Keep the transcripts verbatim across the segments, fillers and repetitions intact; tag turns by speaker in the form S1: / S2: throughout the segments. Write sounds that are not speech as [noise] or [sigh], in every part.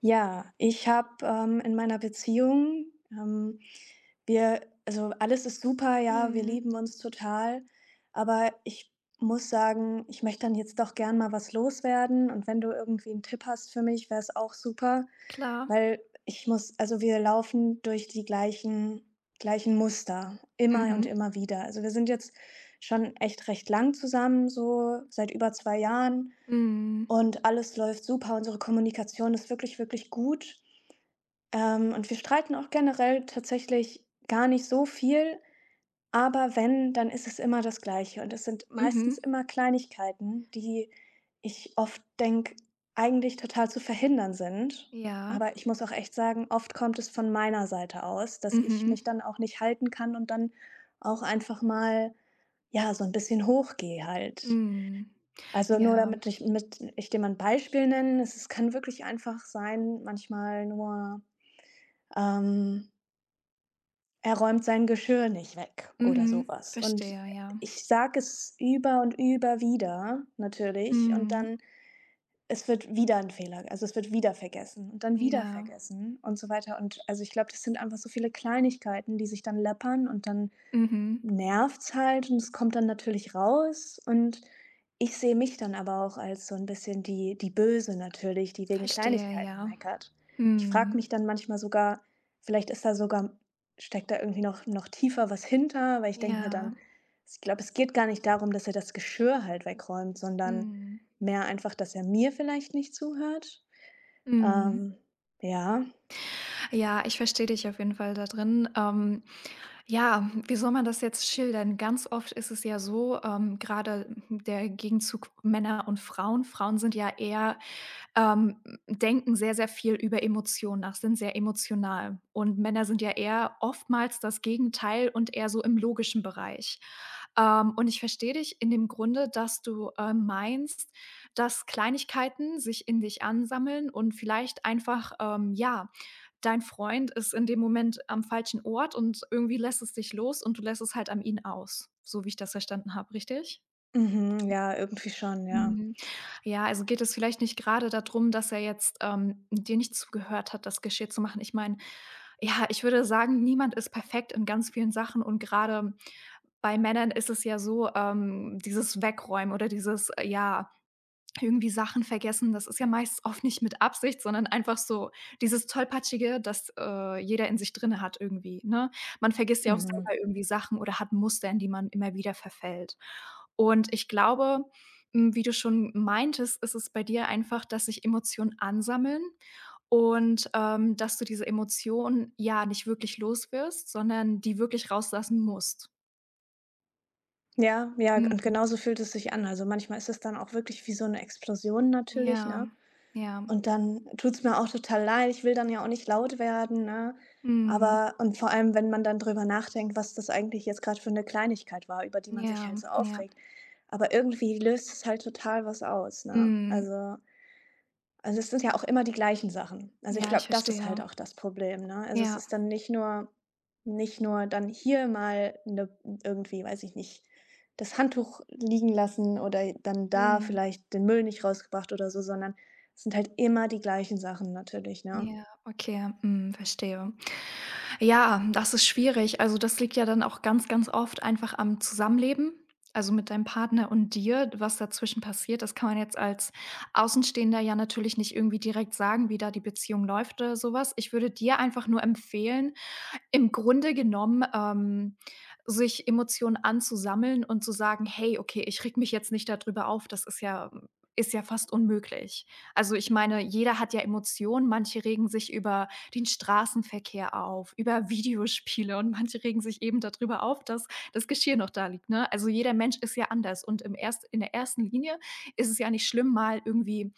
S1: Ja, ich habe, ähm, in meiner Beziehung ähm, wir also, alles ist super, ja, wir
S2: Mhm,
S1: lieben uns total, aber ich muss sagen, ich möchte dann jetzt doch gern mal was loswerden, und wenn du irgendwie 'n Tipp hast für mich, wäre es auch super,
S2: klar.
S1: weil ich muss also, wir laufen durch die gleichen gleichen Muster, immer und
S2: Mhm,
S1: immer wieder. Also, wir sind jetzt schon echt recht lang zusammen, so seit über zwei Jahren,
S2: mhm,
S1: und alles läuft super. Unsere Kommunikation ist wirklich, wirklich gut. Ähm, und wir streiten auch generell tatsächlich gar nicht so viel, aber wenn, dann ist es immer das Gleiche. Und es sind meistens
S2: mhm,
S1: immer Kleinigkeiten, die ich oft denke, eigentlich total zu verhindern sind.
S2: ja,
S1: Aber ich muss auch echt sagen, oft kommt es von meiner Seite aus, dass ich
S2: mhm,
S1: mich dann auch nicht halten kann und dann auch einfach mal, ja, so ein bisschen hochgehe halt.
S2: mhm,
S1: Also, nur
S2: ja,
S1: damit ich mit ich dir mal 'n Beispiel nenne. Es es kann wirklich einfach sein, manchmal nur, ähm, er räumt sein Geschirr nicht weg oder so
S2: mhm,
S1: was. Und
S2: verstehe, ja,
S1: ich sage es über und über wieder natürlich, und
S2: mhm,
S1: dann es wird wieder 'n Fehler also, es wird wieder vergessen und dann wieder
S2: ja,
S1: vergessen und so weiter. Und, also, ich glaube, das sind einfach so viele Kleinigkeiten, die sich dann läppern, und dann
S2: mhm,
S1: nervt's halt, und es kommt dann natürlich raus, und ich sehe mich dann aber auch als so 'n bisschen die die Böse natürlich, die wegen
S2: verstehe,
S1: Kleinigkeiten
S2: ja,
S1: meckert. Ich frage
S2: mhm,
S1: mich dann manchmal sogar, vielleicht ist da sogar steckt da irgendwie noch noch tiefer was hinter, weil ich denke mir dann
S2: ja,
S1: ich glaube, es geht gar nicht darum, dass er das Geschirr halt wegräumt, sondern
S2: mhm,
S1: mehr einfach, dass er mir vielleicht nicht zuhört.
S2: mhm.
S1: Ähm, ja.
S2: Ja, ich verstehe dich auf jeden Fall da drin. Ähm, ja, wie soll man das jetzt schildern? Ganz oft ist es ja so, ähm, grade der Gegenzug Männer und Frauen. Frauen sind ja eher ähm, denken sehr, sehr viel über Emotionen nach, sind sehr emotional. Und Männer sind ja eher oftmals das Gegenteil und eher so im logischen Bereich. Ähm, und ich verstehe dich in dem Grunde, dass du äh, meinst, dass Kleinigkeiten sich in dich ansammeln und vielleicht einfach, ähm, ja, dein Freund ist in dem Moment am falschen Ort und irgendwie lässt es dich los und du lässt es halt an ihn aus, so wie ich das verstanden habe, richtig?
S1: Mhm, ja, irgendwie schon, ja.
S2: Mhm. Ja, also geht es vielleicht nicht gerade darum, dass er jetzt, ähm, dir nicht zugehört hat, das Geschirr zu machen. Ich meine, ja, ich würde sagen, niemand ist perfekt in ganz vielen Sachen, und gerade bei Männern ist es ja so, ähm, dieses Wegräumen oder dieses, äh, ja, irgendwie Sachen vergessen. Das ist ja meist oft nicht mit Absicht, sondern einfach so dieses Tollpatschige, das äh, jeder in sich drinne hat irgendwie, ne? Man vergisst ja auch
S1: Mhm.
S2: selber irgendwie Sachen oder hat Muster, in die man immer wieder verfällt. Und ich glaube, hm, wie du schon meintest, ist es bei dir einfach, dass sich Emotionen ansammeln und, ähm, dass du diese Emotionen, ja, nicht wirklich los wirst, sondern die wirklich rauslassen musst.
S1: Ja, ja, und
S2: Mhm.
S1: genauso fühlt es sich an. Also, manchmal ist es dann auch wirklich wie so 'ne Explosion natürlich,
S2: Ja,
S1: ne?
S2: ja.
S1: Und dann tut's mir auch total leid. Ich will dann ja auch nicht laut werden, ne?
S2: Mhm.
S1: Aber und vor allem, wenn man dann drüber nachdenkt, was das eigentlich jetzt grad für 'ne Kleinigkeit war, über die man sich halt
S2: Ja,
S1: so
S2: ja.
S1: aufregt. Aber irgendwie löst es halt total was aus, ne?
S2: Mhm.
S1: Also also, es sind ja auch immer die gleichen Sachen. Also, ich
S2: Ja,
S1: glaube,
S2: ich
S1: das ist halt
S2: verstehe.
S1: auch das Problem, ne? Also, es
S2: Ja.
S1: ist dann nicht nur nicht nur dann hier mal 'ne irgendwie, weiß ich nicht, das Handtuch liegen lassen oder dann da
S2: Mhm.
S1: vielleicht den Müll nicht rausgebracht oder so, sondern es sind halt immer die gleichen Sachen natürlich, ne?
S2: Ja, okay, mhm, verstehe. Ja, das ist schwierig. Also, das liegt ja dann auch ganz, ganz oft einfach am Zusammenleben, also mit deinem Partner und dir, was dazwischen passiert. Das kann man jetzt als Außenstehender ja natürlich nicht irgendwie direkt sagen, wie da die Beziehung läuft oder sowas. Ich würde dir einfach nur empfehlen, im Grunde genommen, ähm, sich Emotionen anzusammeln und zu sagen: „Hey, okay, ich rege mich jetzt nicht darüber auf, das ist ja ist ja fast unmöglich.“ Also, ich meine, jeder hat ja Emotionen. Manche regen sich über den Straßenverkehr auf, über Videospiele, und manche regen sich eben darüber auf, dass das Geschirr noch da liegt, ne? Also, jeder Mensch ist ja anders, und im erst in der ersten Linie ist es ja nicht schlimm, mal irgendwie,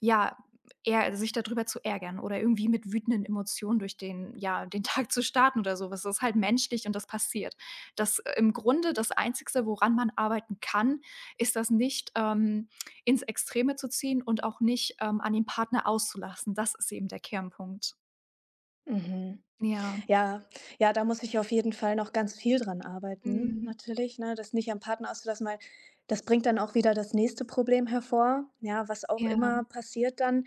S2: ja, eher also sich darüber zu ärgern oder irgendwie mit wütenden Emotionen durch den, ja, den Tag zu starten oder sowas. Das ist halt menschlich und das passiert. Das äh, im Grunde das Einzigste, woran man arbeiten kann, ist das nicht, ähm, ins Extreme zu ziehen und auch nicht, ähm, an den Partner auszulassen. Das ist eben der Kernpunkt.
S1: Mhm.
S2: Ja.
S1: Ja, ja, da muss ich auf jeden Fall noch ganz viel dran arbeiten
S2: Mhm.
S1: natürlich, ne, das nicht am Partner auszulassen, weil das bringt dann auch wieder das nächste Problem hervor, ja, was auch
S2: Ja.
S1: immer passiert dann.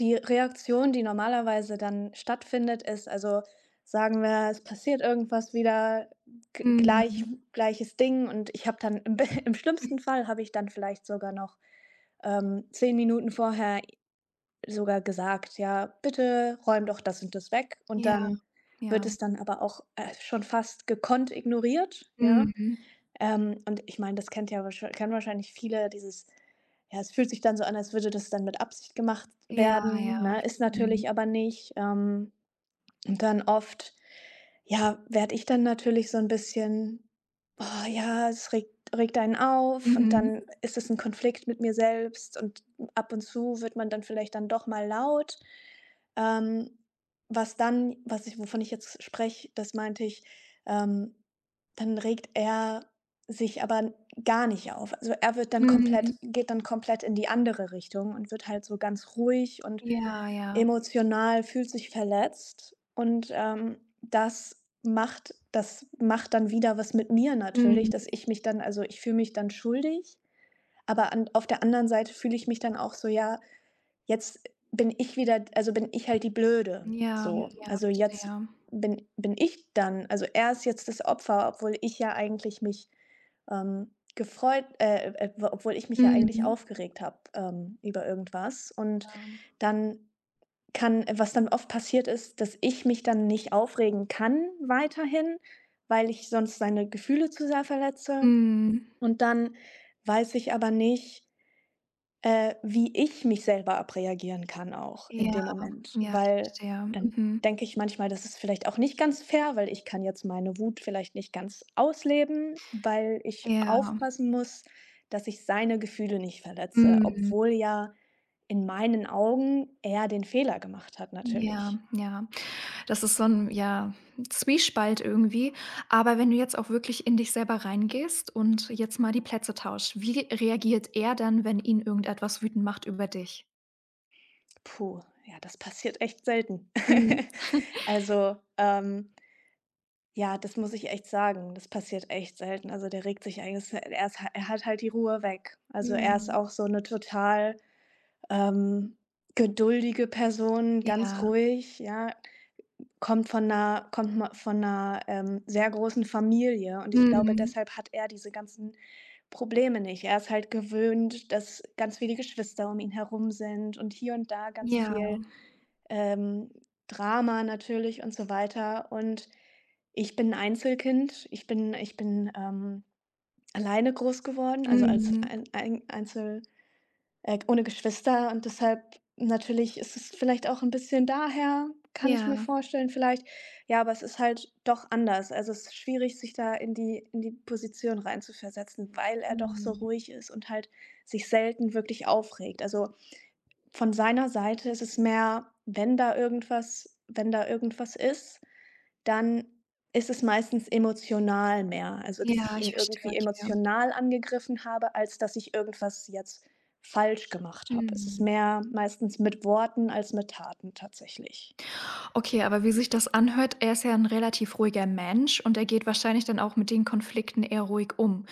S1: Die Reaktion, die normalerweise dann stattfindet, ist also, sagen wir, es passiert irgendwas wieder, g gleich
S2: Mhm.
S1: gleiches Ding, und ich habe dann im be [laughs] im schlimmsten Fall habe ich dann vielleicht sogar noch, ähm, zehn Minuten vorher sogar gesagt: „Ja, bitte räum doch das und das weg.“ Und
S2: Ja,
S1: dann wird
S2: ja.
S1: es dann aber auch, äh, schon fast gekonnt ignoriert, ja?
S2: Mhm.
S1: Ähm, und ich meine, das kennt ja wahrsch kennen wahrscheinlich viele, dieses ja, es fühlt sich dann so an, als würde das dann mit Absicht gemacht
S2: Ja,
S1: werden,
S2: ja.
S1: ne?
S2: Ich
S1: Ist
S2: Mhm.
S1: natürlich aber nicht. Ähm, und dann oft, ja, werde ich dann natürlich so ein bisschen: „Oh ja, es regt regt einen auf“, und
S2: Mhm.
S1: dann ist es ein Konflikt mit mir selbst, und ab und zu wird man dann vielleicht dann doch mal laut. Ähm, was dann was ich wovon ich jetzt spreche, das meinte ich, ähm, dann regt er sich aber gar nicht auf. Also, er wird dann komplett
S2: Mhm.
S1: geht dann komplett in die andere Richtung und wird halt so ganz ruhig und
S2: Ja, ja.
S1: emotional, fühlt sich verletzt, und, ähm, das macht das macht dann wieder was mit mir natürlich,
S2: Mhm.
S1: dass ich mich dann also, ich fühle mich dann schuldig, aber an auf der anderen Seite fühle ich mich dann auch so: „Ja, jetzt bin ich wieder also, bin ich halt die Blöde,
S2: Ja,
S1: so.
S2: ja,
S1: Also, jetzt
S2: verstehe.
S1: bin bin ich dann also, er ist jetzt das Opfer, obwohl ich ja eigentlich mich, ähm, gefreut äh, äh, obwohl ich mich ja eigentlich
S2: Mhm.
S1: aufgeregt habe, ähm, über irgendwas. Und
S2: Ja.
S1: dann kann was dann oft passiert ist, dass ich mich dann nicht aufregen kann weiterhin, weil ich sonst seine Gefühle zu sehr verletze.
S2: Mhm.
S1: Und dann weiß ich aber nicht äh, wie ich mich selber abreagieren kann auch in
S2: Ja,
S1: dem Moment,
S2: ja, ich
S1: weil
S2: verstehe.
S1: dann
S2: Mhm.
S1: denke ich manchmal, das ist vielleicht auch nicht ganz fair, weil ich kann jetzt meine Wut vielleicht nicht ganz ausleben, weil ich
S2: Ja.
S1: aufpassen muss, dass ich seine Gefühle nicht verletze,
S2: Mhm.
S1: obwohl ja in meinen Augen er den Fehler gemacht hat
S2: Ja,
S1: natürlich.
S2: ja. Das ist so 'n, ja, Zwiespalt irgendwie. Aber wenn du jetzt auch wirklich in dich selber reingehst und jetzt mal die Plätze tauscht, wie reagiert er dann, wenn ihn irgendetwas wütend macht über dich?
S1: Puh, ja, das passiert echt selten.
S2: Mhm.
S1: [laughs] Also, ähm, ja, das muss ich echt sagen. Das passiert echt selten. Also, der regt sich eigentlich er ist er hat halt die Ruhe weg. Also, er ist
S2: Mhm.
S1: auch so eine total, ähm, geduldige Person, ganz
S2: Ja.
S1: ruhig, ja. Kommt von 'ner kommt ma von einer ähm, sehr großen Familie, und ich glaube,
S2: Mhm.
S1: deshalb hat er diese ganzen Probleme nicht. Er ist halt gewöhnt, dass ganz viele Geschwister um ihn herum sind und hier und da ganz
S2: Ja.
S1: viel ähm, Drama natürlich und so weiter. Und ich bin 'n Einzelkind. Ich bin ich bin, ähm, alleine groß geworden, also als
S2: Mhm.
S1: ein ein Einzel äh, ohne Geschwister, und deshalb natürlich ist es vielleicht auch ein bisschen daher, kann ich mir
S2: Ja.
S1: vorstellen vielleicht. Ja, aber es ist halt doch anders. Also, es ist schwierig, sich da in die in die Position reinzuversetzen, weil er doch so
S2: Mhm.
S1: ruhig ist und halt sich selten wirklich aufregt. Also, von seiner Seite ist es mehr, wenn da irgendwas wenn da irgendwas ist, dann ist es meistens emotional mehr. Also, dass ich
S2: Ja,
S1: ihn
S2: ich verstehe,
S1: irgendwie
S2: okay.
S1: emotional angegriffen habe, als dass ich irgendwas jetzt falsch gemacht habe. Es ist
S2: Mhm.
S1: mehr meistens mit Worten als mit Taten tatsächlich.
S2: Okay, aber wie sich das anhört, er ist ja ein relativ ruhiger Mensch und er geht wahrscheinlich dann auch mit den Konflikten eher ruhig um.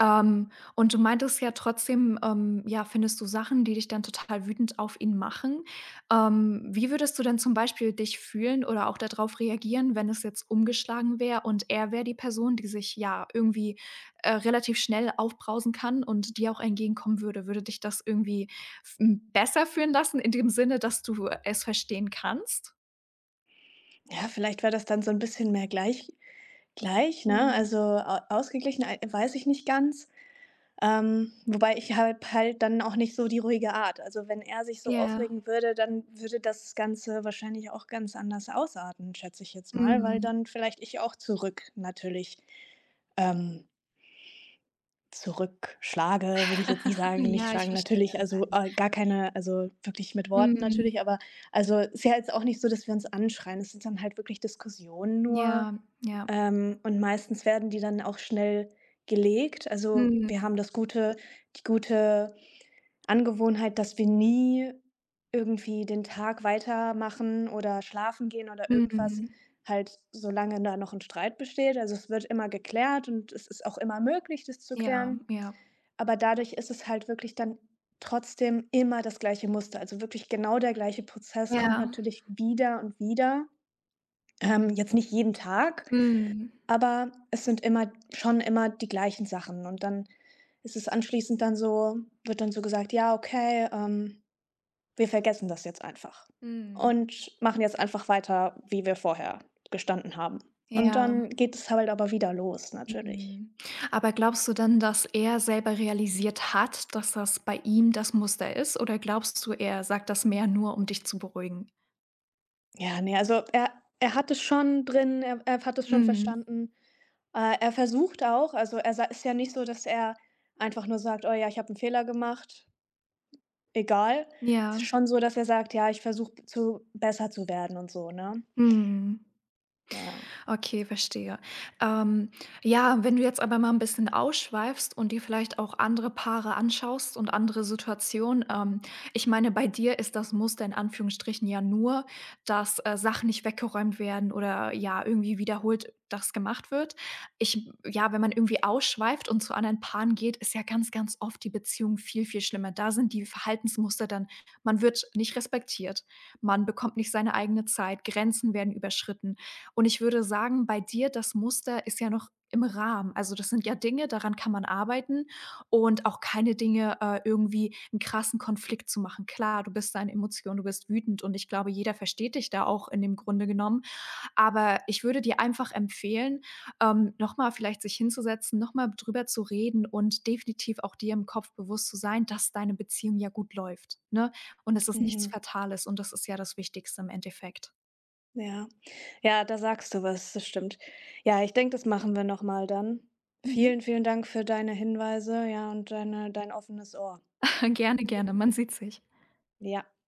S2: Ähm, und du meintest ja trotzdem, ähm, ja, findest du Sachen, die dich dann total wütend auf ihn machen. Ähm, wie würdest du denn zum Beispiel dich fühlen oder auch darauf reagieren, wenn es jetzt umgeschlagen wäre und er wäre die Person, die sich, ja, irgendwie, äh, relativ schnell aufbrausen kann und dir auch entgegenkommen würde? Würde dich das irgendwie f hm, besser fühlen lassen in dem Sinne, dass du es verstehen kannst?
S1: Ja, vielleicht wäre das dann so ein bisschen mehr gleich gleich, ne?
S2: Mhm.
S1: Also, a ausgeglichen, ei weiß ich nicht ganz. Ähm, wobei ich habe halt dann auch nicht so die ruhige Art. Also, wenn er sich so
S2: Ja.
S1: aufregen würde, dann würde das Ganze wahrscheinlich auch ganz anders ausarten, schätze ich jetzt mal, weil
S2: Mhm.
S1: dann vielleicht ich auch zurück natürlich, ähm, zurückschlage, will ich jetzt nicht
S2: [laughs]
S1: sagen, nicht
S2: Ja, ich
S1: schlagen. Natürlich,
S2: verstehe.
S1: also, äh, gar keine also, wirklich mit Worten
S2: Mhm.
S1: natürlich, aber also, ist ja jetzt auch nicht so, dass wir uns anschreien. Es sind dann halt wirklich Diskussionen nur,
S2: Ja, ja.
S1: ähm, und meistens werden die dann auch schnell gelegt. Also,
S2: Mhm.
S1: wir haben das gute die gute Angewohnheit, dass wir nie irgendwie den Tag weitermachen oder schlafen gehen oder irgendwas,
S2: Mhm.
S1: halt solange da noch ein Streit besteht. Also, es wird immer geklärt, und es ist auch immer möglich, das zu
S2: Ja,
S1: klären.
S2: ja.
S1: Aber dadurch ist es halt wirklich dann trotzdem immer das gleiche Muster. Also, wirklich genau der gleiche Prozess kommt
S2: Ja.
S1: natürlich wieder und wieder. Ähm, jetzt nicht jeden Tag,
S2: Mhm.
S1: aber es sind immer schon immer die gleichen Sachen. Und dann ist es anschließend dann so wird dann so gesagt: „Ja, okay, ähm, wir vergessen das jetzt einfach
S2: Mhm.
S1: und machen jetzt einfach weiter, wie wir vorher gestanden haben.“ Und
S2: Ja.
S1: dann geht es halt aber wieder los natürlich.
S2: Mhm. Aber glaubst du dann, dass er selber realisiert hat, dass das bei ihm das Muster ist? Oder glaubst du, er sagt das mehr nur, um dich zu beruhigen?
S1: Ja, ne, also er er hat es schon drin, er er hat es schon
S2: Mhm.
S1: verstanden. Äh, er versucht auch also er sa ist ja nicht so, dass er einfach nur sagt: „Oh ja, ich habe einen Fehler gemacht, egal.“ Es ist
S2: Ja.
S1: schon so, dass er sagt: „Ja, ich versuche zu besser zu werden“ und so, ne?
S2: Mhm.
S1: Ja.
S2: Okay, verstehe. Ähm, ja, wenn du jetzt aber mal ein bisschen ausschweifst und dir vielleicht auch andere Paare anschaust und andere Situationen, ähm, ich meine, bei dir ist das Muster in Anführungsstrichen ja nur, dass, äh, Sachen nicht weggeräumt werden oder, ja, irgendwie wiederholt das gemacht wird. Ich Ja, wenn man irgendwie ausschweift und zu anderen Paaren geht, ist ja ganz, ganz oft die Beziehung viel, viel schlimmer. Da sind die Verhaltensmuster dann: man wird nicht respektiert, man bekommt nicht seine eigene Zeit, Grenzen werden überschritten. Und ich würde sagen, bei dir, das Muster ist ja noch im Rahmen. Also, das sind ja Dinge, daran kann man arbeiten, und auch keine Dinge, äh, irgendwie 'n krassen Konflikt zu machen. Klar, du bist da in Emotionen, du bist wütend, und ich glaube, jeder versteht dich da auch in dem Grunde genommen. Aber ich würde dir einfach empfehlen, ähm, noch mal vielleicht sich hinzusetzen, noch mal drüber zu reden und definitiv auch dir im Kopf bewusst zu sein, dass deine Beziehung ja gut läuft, ne? Und dass es nichts
S1: Mhm.
S2: Fatales, und das ist ja das Wichtigste im Endeffekt.
S1: Ja. Ja, da sagst du was, das stimmt. Ja, ich denke, das machen wir noch mal dann.
S2: Mhm.
S1: Vielen, vielen Dank für deine Hinweise, ja, und deine dein offenes Ohr.
S2: [laughs] Gerne,
S1: Mhm.
S2: gerne. Man sieht sich.
S1: Ja.